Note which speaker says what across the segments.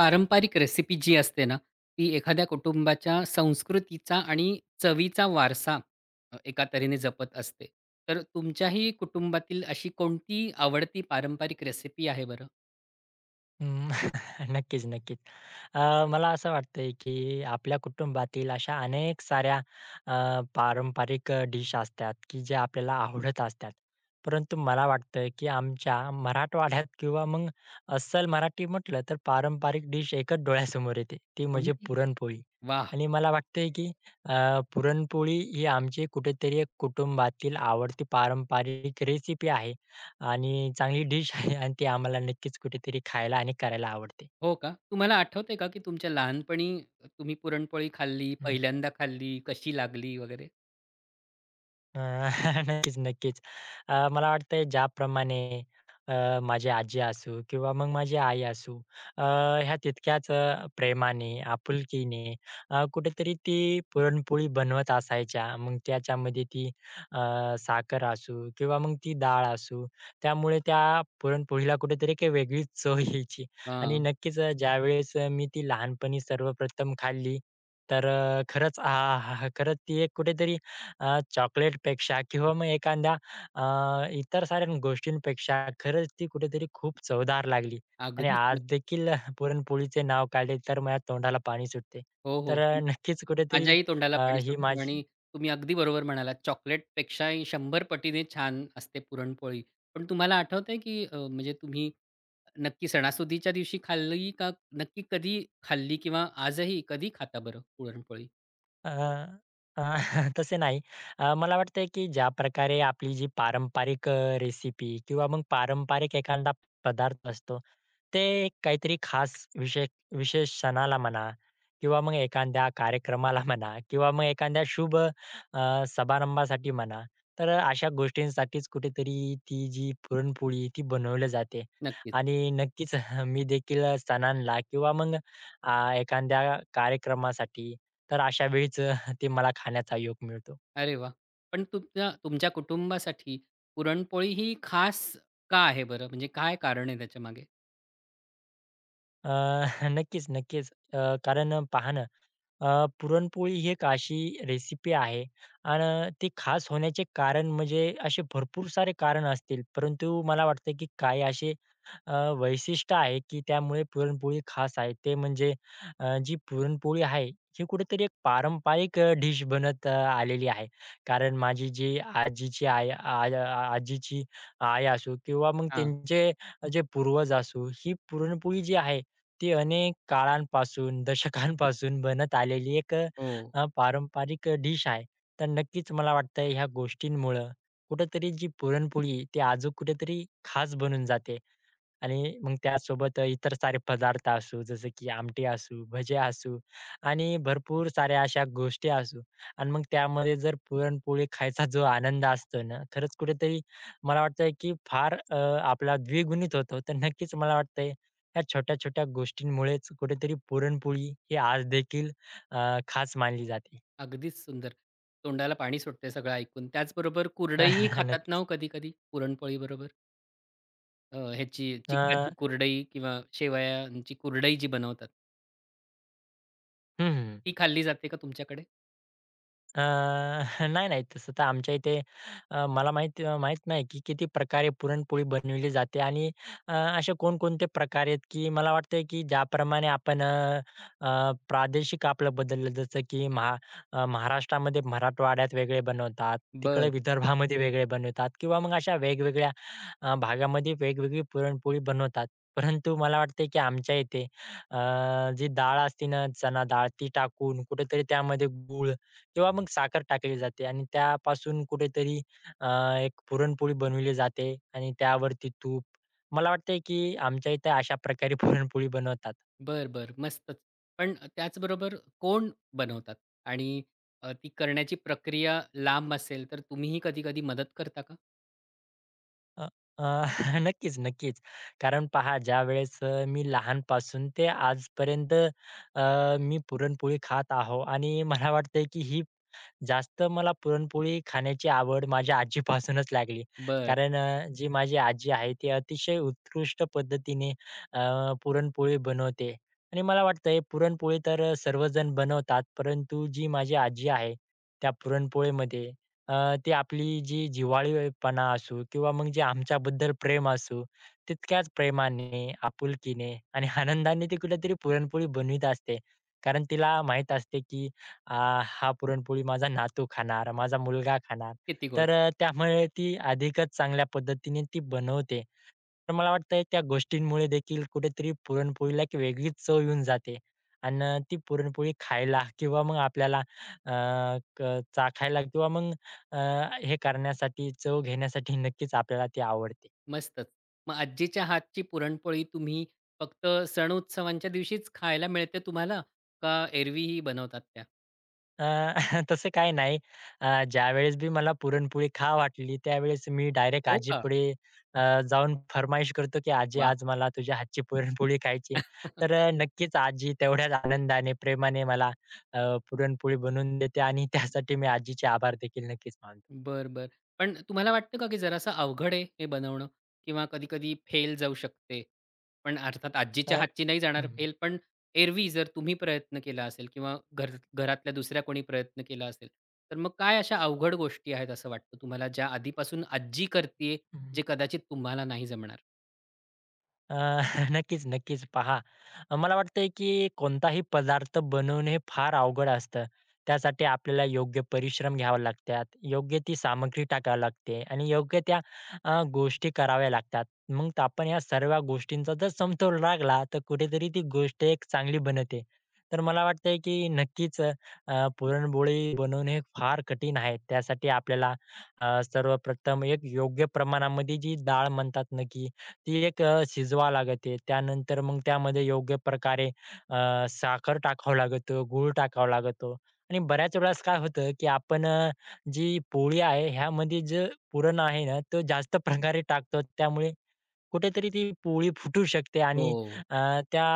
Speaker 1: पारंपरिक रेसिपी जी असते ना, ती एखाद्या कुटुंबाच्या संस्कृतीचा आणि चवीचा वारसा एका तऱ्हेने जपत असते. तर तुमच्याही कुटुंबातील अशी कोणती आवडती पारंपरिक रेसिपी आहे बरं?
Speaker 2: हं, नक्कीच, नक्कीच. मला असं वाटतंय, की आपल्या कुटुंबातील अशा अनेक साऱ्या पारंपरिक डिश असतात, की ज्या आपल्याला आवडत असतात. परंतु मला वाटतं, की आमच्या मराठवाड्यात किंवा मग अस्सल मराठी म्हटलं तर पारंपरिक डिश एकच डोळ्यासमोर येते, ती म्हणजे
Speaker 1: कोणती?
Speaker 2: पुरणपोळी.
Speaker 1: वाह!
Speaker 2: आणि मला वाटतंय, की पुरणपोळी ही आमची कुठेतरी एक कुटुंबातील आवडती पारंपरिक रेसिपी आहे. आणि चांगली डिश आहे आणि ती आम्हाला नक्कीच कुठेतरी खायला आणि करायला आवडते.
Speaker 1: हो का? तुम्हाला आठवतंय का की तुमच्या लहानपणी तुम्ही पुरणपोळी खाल्ली,
Speaker 2: हं.
Speaker 1: पहिल्यांदा खाल्ली, कशी लागली वगैरे?
Speaker 2: अ, नक्कीच, नक्कीच. मला वाटतंय ज्याप्रमाणे माझी आजी असू किंवा मग माझी आई असू, अ, ह्या तितक्याच प्रेमाने, आपुलकीने कुठेतरी ती पुरणपोळी बनवत असायच्या. मग त्याच्यामध्ये ती अ, साखर असू किंवा मग ती डाळ असू, त्यामुळे त्या पुरणपोळीला कुठेतरी काही वेगळीच चव यायची. आणि
Speaker 1: हां,
Speaker 2: नक्कीच ज्यावेळेस मी ती लहानपणी सर्वप्रथम खाल्ली, तर खरंच आहाहा! खरंच ती एक कुठेतरी चॉकलेटपेक्षा किंवा मग एखाद्या इतर साऱ्या गोष्टींपेक्षा खरंच ती कुठेतरी खूप चवदार लागली. आणि
Speaker 1: अगदीच
Speaker 2: आज
Speaker 1: नक्की.
Speaker 2: देखील पुरणपोळीचे नाव काढले तर माझ्या तोंडाला पाणी सुटते.
Speaker 1: हो, हो.
Speaker 2: तर नक्कीच कुठेतरी
Speaker 1: माझ्याही तोंडाला
Speaker 2: अ,
Speaker 1: पाणी
Speaker 2: ही
Speaker 1: सुटलं
Speaker 2: माझी
Speaker 1: आणि तुम्ही अगदी बरोबर म्हणालात, चॉकलेटपेक्षाही 100 पटीने छान असते पुरणपोळी. पण तुम्हाला आठवतंय की म्हणजे तुम्ही नक्की सणासुदीच्या दिवशी खाल्ली का नक्की कधी खाल्ली किंवा आजही कधी खाता बरं पुरणपोळी?
Speaker 2: अ, अ, तसे नाही. मला वाटतंय की ज्या प्रकारे आपली जी पारंपरिक रेसिपी किंवा मग पारंपरिक एखादा पदार्थ असतो, ते काहीतरी खास विशेष सणाला म्हणा किंवा मग एखाद्या कार्यक्रमाला म्हणा किंवा मग एखाद्या शुभ समारंभासाठी म्हणा, तर अशा गोष्टींसाठीच कुठेतरी ती जी पुरणपोळी ती बनवली जाते.
Speaker 1: नक्कीच.
Speaker 2: आणि नक्कीच मी देखील अ, किंवा मग अ, एखाद्या कार्यक्रमासाठी तर अशा वेळीच ते मला खाण्याचा योग मिळतो.
Speaker 1: अरे वाह! पण तुमच्या तुमच्या कुटुंबासाठी पुरणपोळी ही खास का आहे बरं? म्हणजे काय कारण आहे त्याच्यामागे?
Speaker 2: अ, नक्कीच, नक्कीच. कारण पहा पुरणपोळी ही एक अशी रेसिपी आहे आणि ती खास होण्याचे कारण म्हणजे असे भरपूर सारे कारण असतील, परंतु मला वाटतं की काही असे वैशिष्ट्य आहे की त्यामुळे पुरणपोळी खास आहे. ते म्हणजे जी पुरणपोळी आहे, ही कुठेतरी एक पारंपरिक डिश आलेली आहे. कारण माझी जी आजीची आई असो किंवा मग
Speaker 1: हां.
Speaker 2: त्यांचे जे पूर्वज असो, ही पुरणपोळी जी आहे ती अनेक काळांपासून, दशकांपासून बनत आलेली एक
Speaker 1: हो.
Speaker 2: पारंपरिक डिश आहे. तर नक्कीच मला वाटतं ह्या गोष्टींमुळं कुठेतरी जी पुरणपोळी, ती अजून कुठेतरी खास बनून जाते. आणि मग त्यासोबत इतर सारे पदार्थ असू, जसं की आमटी असू, भजे असू आणि भरपूर साऱ्या अशा गोष्टी असू आणि मग त्यामध्ये जर पुरणपोळी खायचा जो आनंद असतो ना, खरंच कुठेतरी मला वाटतंय की फार आपला द्विगुणित होतो. तर नक्कीच मला वाटतंय ह्या छोट्या-छोट्या गोष्टींमुळेच कुठेतरी पुरणपोळी ही आजदेखील खास मानली जाते.
Speaker 1: अगदीच सुंदर. तोंडाला पाणी सुटतंय सगळं ऐकून. त्याचबरोबर कुरडईही खातात ना
Speaker 2: नक्कीच.
Speaker 1: हो कधी-कधी पुरणपोळीबरोबर? ह्याची
Speaker 2: अ,
Speaker 1: चिकाची कुरडई किंवा शेवयांची कुरडई जी बनवतात,
Speaker 2: हं,
Speaker 1: ती खाल्ली जाते का तुमच्याकडे?
Speaker 2: अ, नाही, नाही. तसं तर आमच्या इथे मला माहीत माहीत नाही की किती प्रकारे पुरणपोळी बनविली जाते आणि अ, असे कोणकोणते प्रकार आहेत की मला वाटतंय की ज्याप्रमाणे आपण अ, अ, प्रादेशिक आपलं बदललं जसं की महाराष्ट्रामध्ये मराठवाड्यात वेगळे बनवतात, तिकडे
Speaker 1: बर,
Speaker 2: विदर्भामध्ये वेगळे बनवतात किंवा मग अशा वेगवेगळ्या भागामध्ये वेगवेगळी पुरणपोळी बनवतात. परंतु मला वाटतंय की आमच्या इथे अ, जी डाळ असते ना, चणा डाळ ती टाकून कुठेतरी त्यामध्ये गूळ किंवा मग साखर टाकली जाते आणि त्यापासून कुठेतरी अ, एक पुरणपोळी बनवली जाते आणि त्यावरती तूप. मला वाटतंय की आमच्या इथे अशा प्रकारे पुरणपोळी बनवतात.
Speaker 1: बर, बरं. मस्तच. पण त्याचबरोबर कोण बनवतात आणि ती करण्याची प्रक्रिया लांब असेल, तर तुम्हीही कधी-कधी मदत करता का?
Speaker 2: अ, अ, नक्कीच, नक्कीच. कारण पहा ज्यावेळेस मी लहानपासून ते आजपर्यंत मी पुरणपोळी खात आहो आणि मला वाटतंय की ही जास्त मला पुरणपोळी खाण्याची आवड माझ्या आजीपासूनच लागली.
Speaker 1: बरं.
Speaker 2: कारण जी माझी आजी आहे ती अतिशय उत्कृष्ट पद्धतीने अ, पुरणपोळी बनवते आणि मला वाटतंय पुरणपोळी तर सर्वजण बनवतात, परंतु जी माझी आजी आहे त्या पुरणपोळीमध्ये ती आपली जी जिव्हाळीपणा असू किंवा मग जे आमच्याबद्दल प्रेम असू, तितक्याच प्रेमाने, आपुलकीने आणि आनंदाने ती कुठेतरी पुरणपोळी बनवीत असते. कारण तिला माहीत असते की हा पुरणपोळी माझा नातू खाणार, माझा मुलगा खाणार.
Speaker 1: किती गोड.
Speaker 2: तर त्यामुळे ती अधिकच चांगल्या पद्धतीने ती बनवते. तर मला वाटतंय त्या गोष्टींमुळे देखील कुठेतरी पुरणपोळीला एक वेगळीच चव येऊन जाते. ती पुरणपोळी खायला किंवा मग आपल्याला अ, क चाखायला किंवा मग अ, हे करण्यासाठी, चव घेण्यासाठी नक्कीच आपल्याला ती आवडते.
Speaker 1: मस्तच. मग आजीच्या हातची पुरणपोळी तुम्ही फक्त सण-उत्सवांच्या दिवशीच खायला मिळते तुम्हाला? का एरवीही बनवतात त्या?
Speaker 2: अ, तसं काही नाही. ज्यावेळेस बी मला पुरणपोळी खावं वाटली, त्यावेळेस मी डायरेक्ट
Speaker 1: हो का?
Speaker 2: आजीपुढे अ, जाऊन फर्माईश करतो, की "आजी,
Speaker 1: वाह!
Speaker 2: आज मला तुझ्या हातची पुरणपोळी खायची." तर नक्कीच आजी तेवढ्याच आनंदाने, प्रेमाने मला अ, पुरणपोळी बनवून देते आणि त्यासाठी मी आजीचे आभार देखील नक्कीच मानतो.
Speaker 1: बरं, बरं. पण तुम्हाला वाटतं का, की जरासं अवघड आहे हे बनवणं? किंवा कधी-कधी फेल जाऊ शकते. पण अर्थात
Speaker 2: अ,
Speaker 1: आजीच्या हातची नाही जाणार
Speaker 2: हं,
Speaker 1: फेल, पण एरवी जर तुम्ही प्रयत्न केला असेल किंवा घरातल्या दुसऱ्या कोणी प्रयत्न केला असेल, तर मग काय अशा अवघड गोष्टी आहेत असं वाटतं तुम्हाला, ज्या आधीपासून आजी करतीये,
Speaker 2: हं.
Speaker 1: जे कदाचित तुम्हाला नाही जमणार?
Speaker 2: अ, नक्कीच, नक्कीच. पहा, मला वाटतंय की कोणताही पदार्थ बनवणे हे फार अवघड असतं. त्यासाठी आपल्याला योग्य परिश्रम घ्यावे लागतात, योग्य ती सामग्री टाकावी लागते आणि योग्य त्या गोष्टी कराव्या लागतात. मग त आपण या सर्व गोष्टींचा जर समतोल राखला, तर कुठेतरी ती गोष्ट एक चांगली बनते. तर मला वाटतंय की नक्कीच पुरणपोळी बनवणे हे फार कठीण आहे. त्यासाठी आपल्याला सर्वप्रथम एक योग्य प्रमाणामध्ये जी डाळ म्हणतात ना की ती एक शिजवावं लागते. त्यानंतर मग त्यामध्ये योग्य प्रकारे साखर टाकावं लागतं, गूळ टाकावा लागतो आणि बऱ्याच वेळेस काय होतं, की आपण जी पोळी आहे ह्यामध्ये जे पुरण आहे ना, तो जास्त प्रकारे टाकतो. त्यामुळे कुठेतरी ती पोळी फुटू शकते आणि
Speaker 1: हो.
Speaker 2: अ, त्या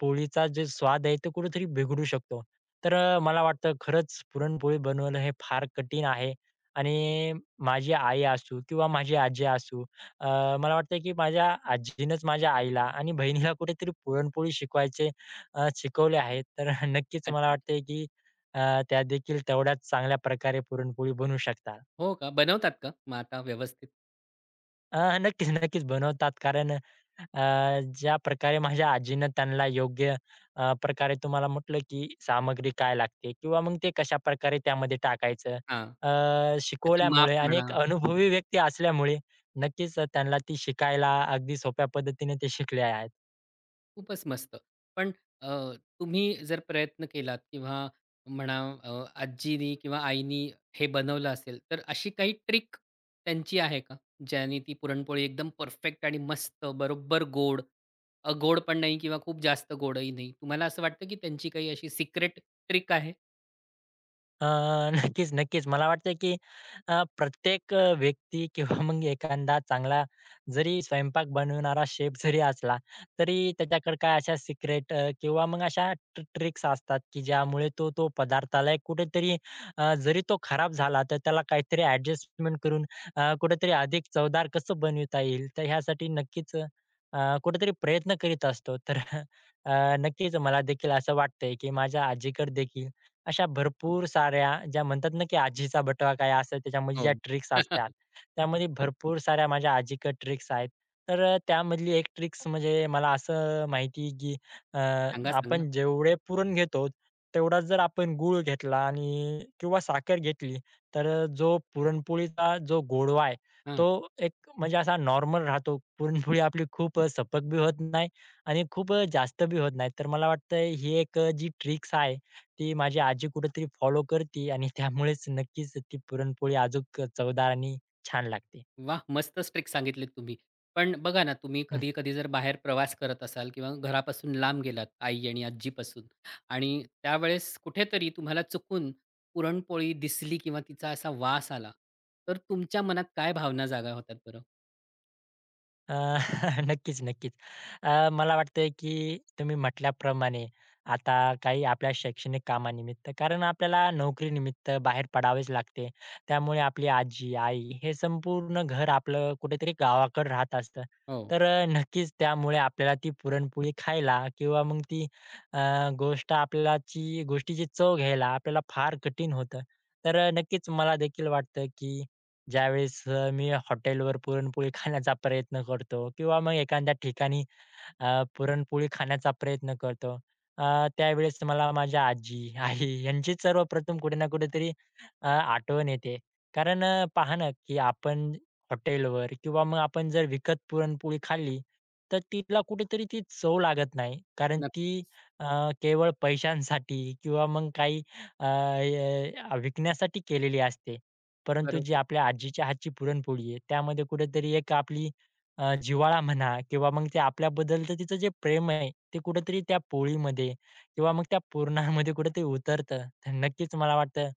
Speaker 2: पोळीचा जो स्वाद आहे तो कुठेतरी बिघडू शकतो. तर मला वाटतं खरंच पुरणपोळी बनवणं हे फार कठीण आहे आणि माझी आई असू किंवा माझी आजी असू अ, मला वाटतं की माझ्या आजीनंच माझ्या आईला आणि बहिणीला कुठेतरी पुरणपोळी शिकवले आहे. तर नक्कीच मला
Speaker 1: अच्छा.
Speaker 2: वाटतंय की त्या देखील तेवढ्याच चांगल्या प्रकारे पुरणपोळी बनवू शकतात.
Speaker 1: हो का? बनवतात का मग आता व्यवस्थित?
Speaker 2: नक्कीच, नक्कीच बनवतात. कारण ज्या प्रकारे माझ्या आजीनं त्यांना योग्य प्रकारे तुम्हाला म्हटलं, की सामग्री काय लागते किंवा मग ते कशाप्रकारे त्यामध्ये टाकायचं
Speaker 1: हां. त्याचं माप
Speaker 2: शिकवल्यामुळे आणि
Speaker 1: म्हणा.
Speaker 2: एक अनुभवी व्यक्ती असल्यामुळे नक्कीच त्यांना ती शिकायला अगदी सोप्या पद्धतीने ते शिकले आहेत.
Speaker 1: खूपच मस्त. पण अ, तुम्ही जर प्रयत्न केलात किंवा म्हणा आजीनी किंवा आईनी हे बनवलं असेल, तर अशी काही ट्रिक त्यांची आहे का? ज्याने ती पुरणपोळी एकदम परफेक्ट आणि मस्त बरोबर गोड, गोड पण नाही किंवा खूप जास्त गोडही नाही. तुम्हाला असं वाटतं की त्यांची काही अशी सिक्रेट ट्रिक आहे?
Speaker 2: अ, नक्कीच, नक्कीच. मला वाटतं, की प्रत्येक व्यक्ती किंवा मग एखादा चांगला जरी स्वयंपाक बनवणारा शेफ जरी असला, तरी त्याच्याकडे काय अशा सिक्रेट किंवा मग अशा ट्रिक्स असतात, की ज्यामुळे तो तो पदार्थाला एक कुठेतरी जरी तो खराब झाला, तर त्याला काहीतरी ॲडजस्टमेंट करून कुठेतरी अधिक चवदार कसं बनविता येईल. तर ह्यासाठी नक्कीच कुठेतरी प्रयत्न करीत असतो. तर अ, नक्कीच मला देखील असं वाटतंय, की माझ्या आजीकडे देखील अशा भरपूर साऱ्या ज्या म्हणतात ना, की आजीचा बटवा काय असेल त्याच्यामध्ये ज्या
Speaker 1: हो.
Speaker 2: ट्रिक्स असतात, त्यामध्ये भरपूर साऱ्या माझ्या आजीकडे ट्रिक्स आहेत. तर त्यामधली एक ट्रिक्स म्हणजे मला असं माहिती आहे, की अ,
Speaker 1: सांगा, सांगा.
Speaker 2: आपण जेवढे पुरण घेतो, तेवढाच जर आपण गूळ घेतला आणि किंवा साखर घेतली, तर जो पुरणपोळीचा जो गोडवा आहे, तो एक म्हणजे असा नॉर्मल राहतो. पुरणपोळी आपली खूप सपक बी होत नाही आणि खूप जास्त बी होत नाही. तर मला वाटतंय ही एक जी ट्रिक्स आहे, ती माझी आजी कुठेतरी फॉलो करते आणि त्यामुळेच नक्कीच ती पुरणपोळी अजूक चवदार आणि छान लागते.
Speaker 1: वाह! मस्तच ट्रिक सांगितलीत तुम्ही. पण बघा ना, तुम्ही कधी-कधी जर बाहेर प्रवास करत असाल किंवा घरापासून लांब गेलात आई आणि आजीपासून आणि त्यावेळेस कुठेतरी तुम्हाला चुकून पुरणपोळी दिसली किंवा तिचा असा वास आला, तर तुमच्या मनात काय भावना जागा होतात बरं?
Speaker 2: अ, नक्कीच, नक्कीच. मला वाटतंय, की तुम्ही म्हटल्याप्रमाणे आता काही आपल्या शैक्षणिक कामानिमित्त कारण आपल्याला नोकरीनिमित्त बाहेर पडावेच लागते. त्यामुळे आपली आजी, आई हे संपूर्ण घर आपलं कुठेतरी गावाकडे राहत असतं.
Speaker 1: हो.
Speaker 2: तर नक्कीच त्यामुळे आपल्याला ती पुरणपोळी खायला किंवा मग ती अ, गोष्ट आपल्याला ची गोष्टीची चव घ्यायला आपल्याला फार कठीण होतं. तर नक्कीच मला देखील वाटतं, की ज्यावेळेस मी हॉटेलवर पुरणपोळी खाण्याचा प्रयत्न करतो किंवा मग एखाद्या ठिकाणी पुरणपोळी खाण्याचा प्रयत्न करतो. अ, त्यावेळेस मला माझ्या आजी, आई यांचीच सर्वप्रथम कुठे ना कुठेतरी आठवण येते. कारण पहा ना, की आपण हॉटेलवर किंवा मग आपण जर विकत पुरणपोळी खाल्ली, तर तिला कुठेतरी ती चव लागत नाही. कारण ती
Speaker 1: नक्कीच.
Speaker 2: अ, केवळ पैशांसाठी किंवा मग काही अ, विकण्यासाठी केलेली असते. परंतु जी
Speaker 1: बरोबर.
Speaker 2: आपल्या आजीच्या हातची पुरणपोळी आहे, त्यामध्ये कुठेतरी एक आपली जिव्हाळा म्हणा किंवा मग ते आपल्याबद्दलचं तिचं जे प्रेम आहे, ते कुठेतरी त्या पोळीमध्ये किंवा मग त्या पुरणामध्ये कुठेतरी उतरतं. तर नक्कीच मला वाटतं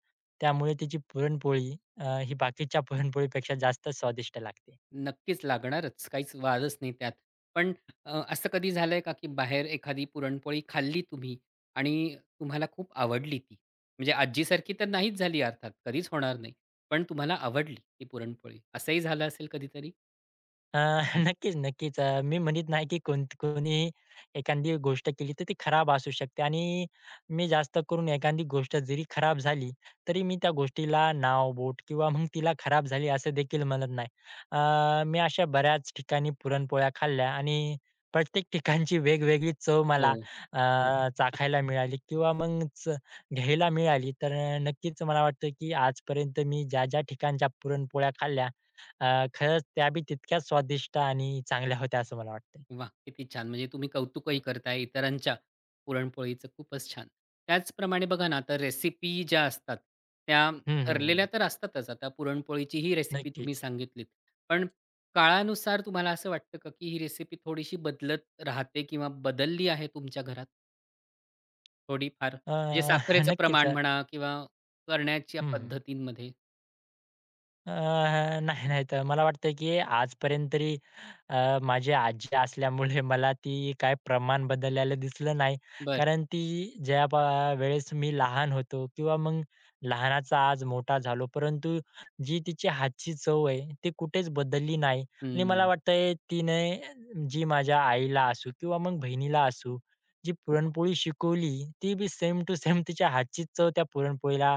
Speaker 2: त्यामुळे तिची पुरणपोळी ही बाकीच्या पुरणपोळीपेक्षा जास्त स्वादिष्ट लागते.
Speaker 1: नक्कीच लागणारच. काहीच वादच नाही त्यात. पण असं कधी झालंय का, की बाहेर एखादी पुरणपोळी खाल्ली तुम्ही आणि तुम्हाला खूप आवडली ती? म्हणजे आजीसारखी तर नाहीच झाली अर्थात, कधीच होणार नाही. पण तुम्हाला आवडली ती पुरणपोळी, असंही झालं असेल कधीतरी?
Speaker 2: अ, नक्कीच, नक्कीच. मी म्हणत नाही की कोणीही एखादी गोष्ट केली तर ती खराब असू शकते आणि मी जास्त करून एखादी गोष्ट जरी खराब झाली, तरी मी त्या गोष्टीला नाव-बोट किंवा मग तिला खराब झाली असं देखील म्हणत नाही. मी अशा बऱ्याच ठिकाणी पुरणपोळ्या खाल्ल्या आणि प्रत्येक ठिकाणची वेगवेगळी चव
Speaker 1: हो.
Speaker 2: मला अ, चाखायला मिळाली किंवा मग घ्यायला मिळाली. तर नक्कीच मला वाटतं की आजपर्यंत मी ज्या-ज्या ठिकाणच्या पुरणपोळ्या खाल्ल्या खरंच त्या बी तितक्याच स्वादिष्ट आणि चांगल्या होत्या असं मला वाटतंय.
Speaker 1: वाह! किती छान. म्हणजे तुम्ही कौतुकही करताय इतरांच्या पुरणपोळीचं. खूपच छान. त्याचप्रमाणे बघा ना, आता रेसिपी ज्या असतात, त्या
Speaker 2: हं, हं,
Speaker 1: ठरलेल्या
Speaker 2: हं.
Speaker 1: तर असतातच. आता पुरणपोळीची ही रेसिपी तुम्ही
Speaker 2: नक्कीच.
Speaker 1: सांगितलीत. पण काळानुसार तुम्हाला असं वाटतं का, की ही रेसिपी थोडीशी बदलत राहते किंवा बदलली आहे तुमच्या घरात थोडीफार?
Speaker 2: अ,
Speaker 1: म्हणजे साखरेचं
Speaker 2: नक्कीच.
Speaker 1: प्रमाण म्हणा किंवा करण्याच्या
Speaker 2: हं, हं.
Speaker 1: पद्धतींमध्ये?
Speaker 2: अ, नाही, नाही. तर मला वाटतं, की आजपर्यंत तरी अ, माझी आजी असल्यामुळे मला ती काय प्रमाण बदललेलं दिसलं नाही.
Speaker 1: बरं.
Speaker 2: कारण ती ज्या प वेळेस मी लहान होतो किंवा मग लहानाचा आज मोठा झालो, परंतु जी तिची हातची चव आहे, ती कुठेच बदलली नाही आणि मला
Speaker 1: हं.
Speaker 2: वाटतंय तिने जी माझ्या आईला असू किंवा मग बहिणीला असू, जी पुरणपोळी शिकवली, ती बी सेम टू सेम तिच्या हातचीच चव त्या पुरणपोळीला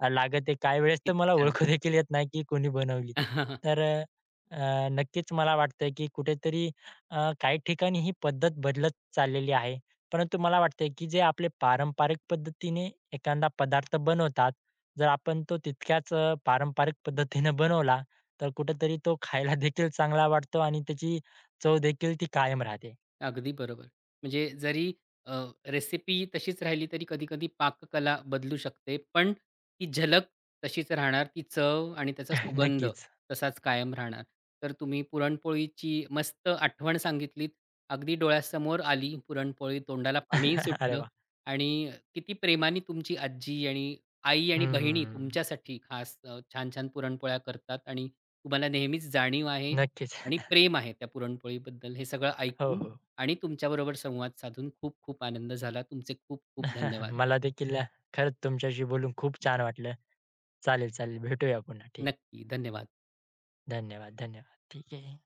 Speaker 2: लागत आहे. काही वेळेस तर
Speaker 1: किती
Speaker 2: मला
Speaker 1: छान.
Speaker 2: ओळखू देखील येत नाही की कोणी बनवली. तर अ, अ, नक्कीच मला वाटतंय की कुठेतरी काही ठिकाणी ही पद्धत बदलत चाललेली आहे. परंतु मला वाटतंय की जे आपले पारंपरिक पद्धतीने एखादा पदार्थ बनवतात, जर आपण तो तितक्याच पारंपरिक पद्धतीनं बनवला, तर कुठेतरी तो खायला देखील चांगला वाटतो आणि त्याची चव देखील ती कायम राहते.
Speaker 1: अगदी बरोबर. म्हणजे जरी रेसिपी तशीच राहिली तरी कधी-कधी पाककला बदलू शकते. पण ती झलक तशीच राहणार. ती चव आणि त्याचा सुगंध
Speaker 2: नक्कीच.
Speaker 1: तसाच कायम राहणार. तर तुम्ही पुरणपोळीची मस्त आठवण सांगितलीत. अगदी डोळ्यासमोर आली पुरणपोळी, तोंडाला पाणीही
Speaker 2: अरे
Speaker 1: सुटलं
Speaker 2: वाह!
Speaker 1: आणि किती प्रेमाने तुमची आजी आणि आई आणि बहिणी
Speaker 2: हं,
Speaker 1: तुमच्यासाठी खास छान-छान पुरणपोळ्या करतात आणि तुम्हाला नेहमीच जाणीव आहे
Speaker 2: नक्कीच.
Speaker 1: आणि प्रेम आहे त्या पुरणपोळीबद्दल. हे सगळं
Speaker 2: हो,
Speaker 1: ऐकून
Speaker 2: हो.
Speaker 1: आणि तुमच्याबरोबर संवाद साधून खूप खूप आनंद झाला. तुमचे खूप खूप धन्यवाद.
Speaker 2: मला देखील खरंच तुमच्याशी बोलून खूप छान वाटलं. चालेल, चालेल. भेटूया पुन्हा. ठीक.
Speaker 1: नक्की, धन्यवाद.
Speaker 2: धन्यवाद, धन्यवाद. ठीक आहे.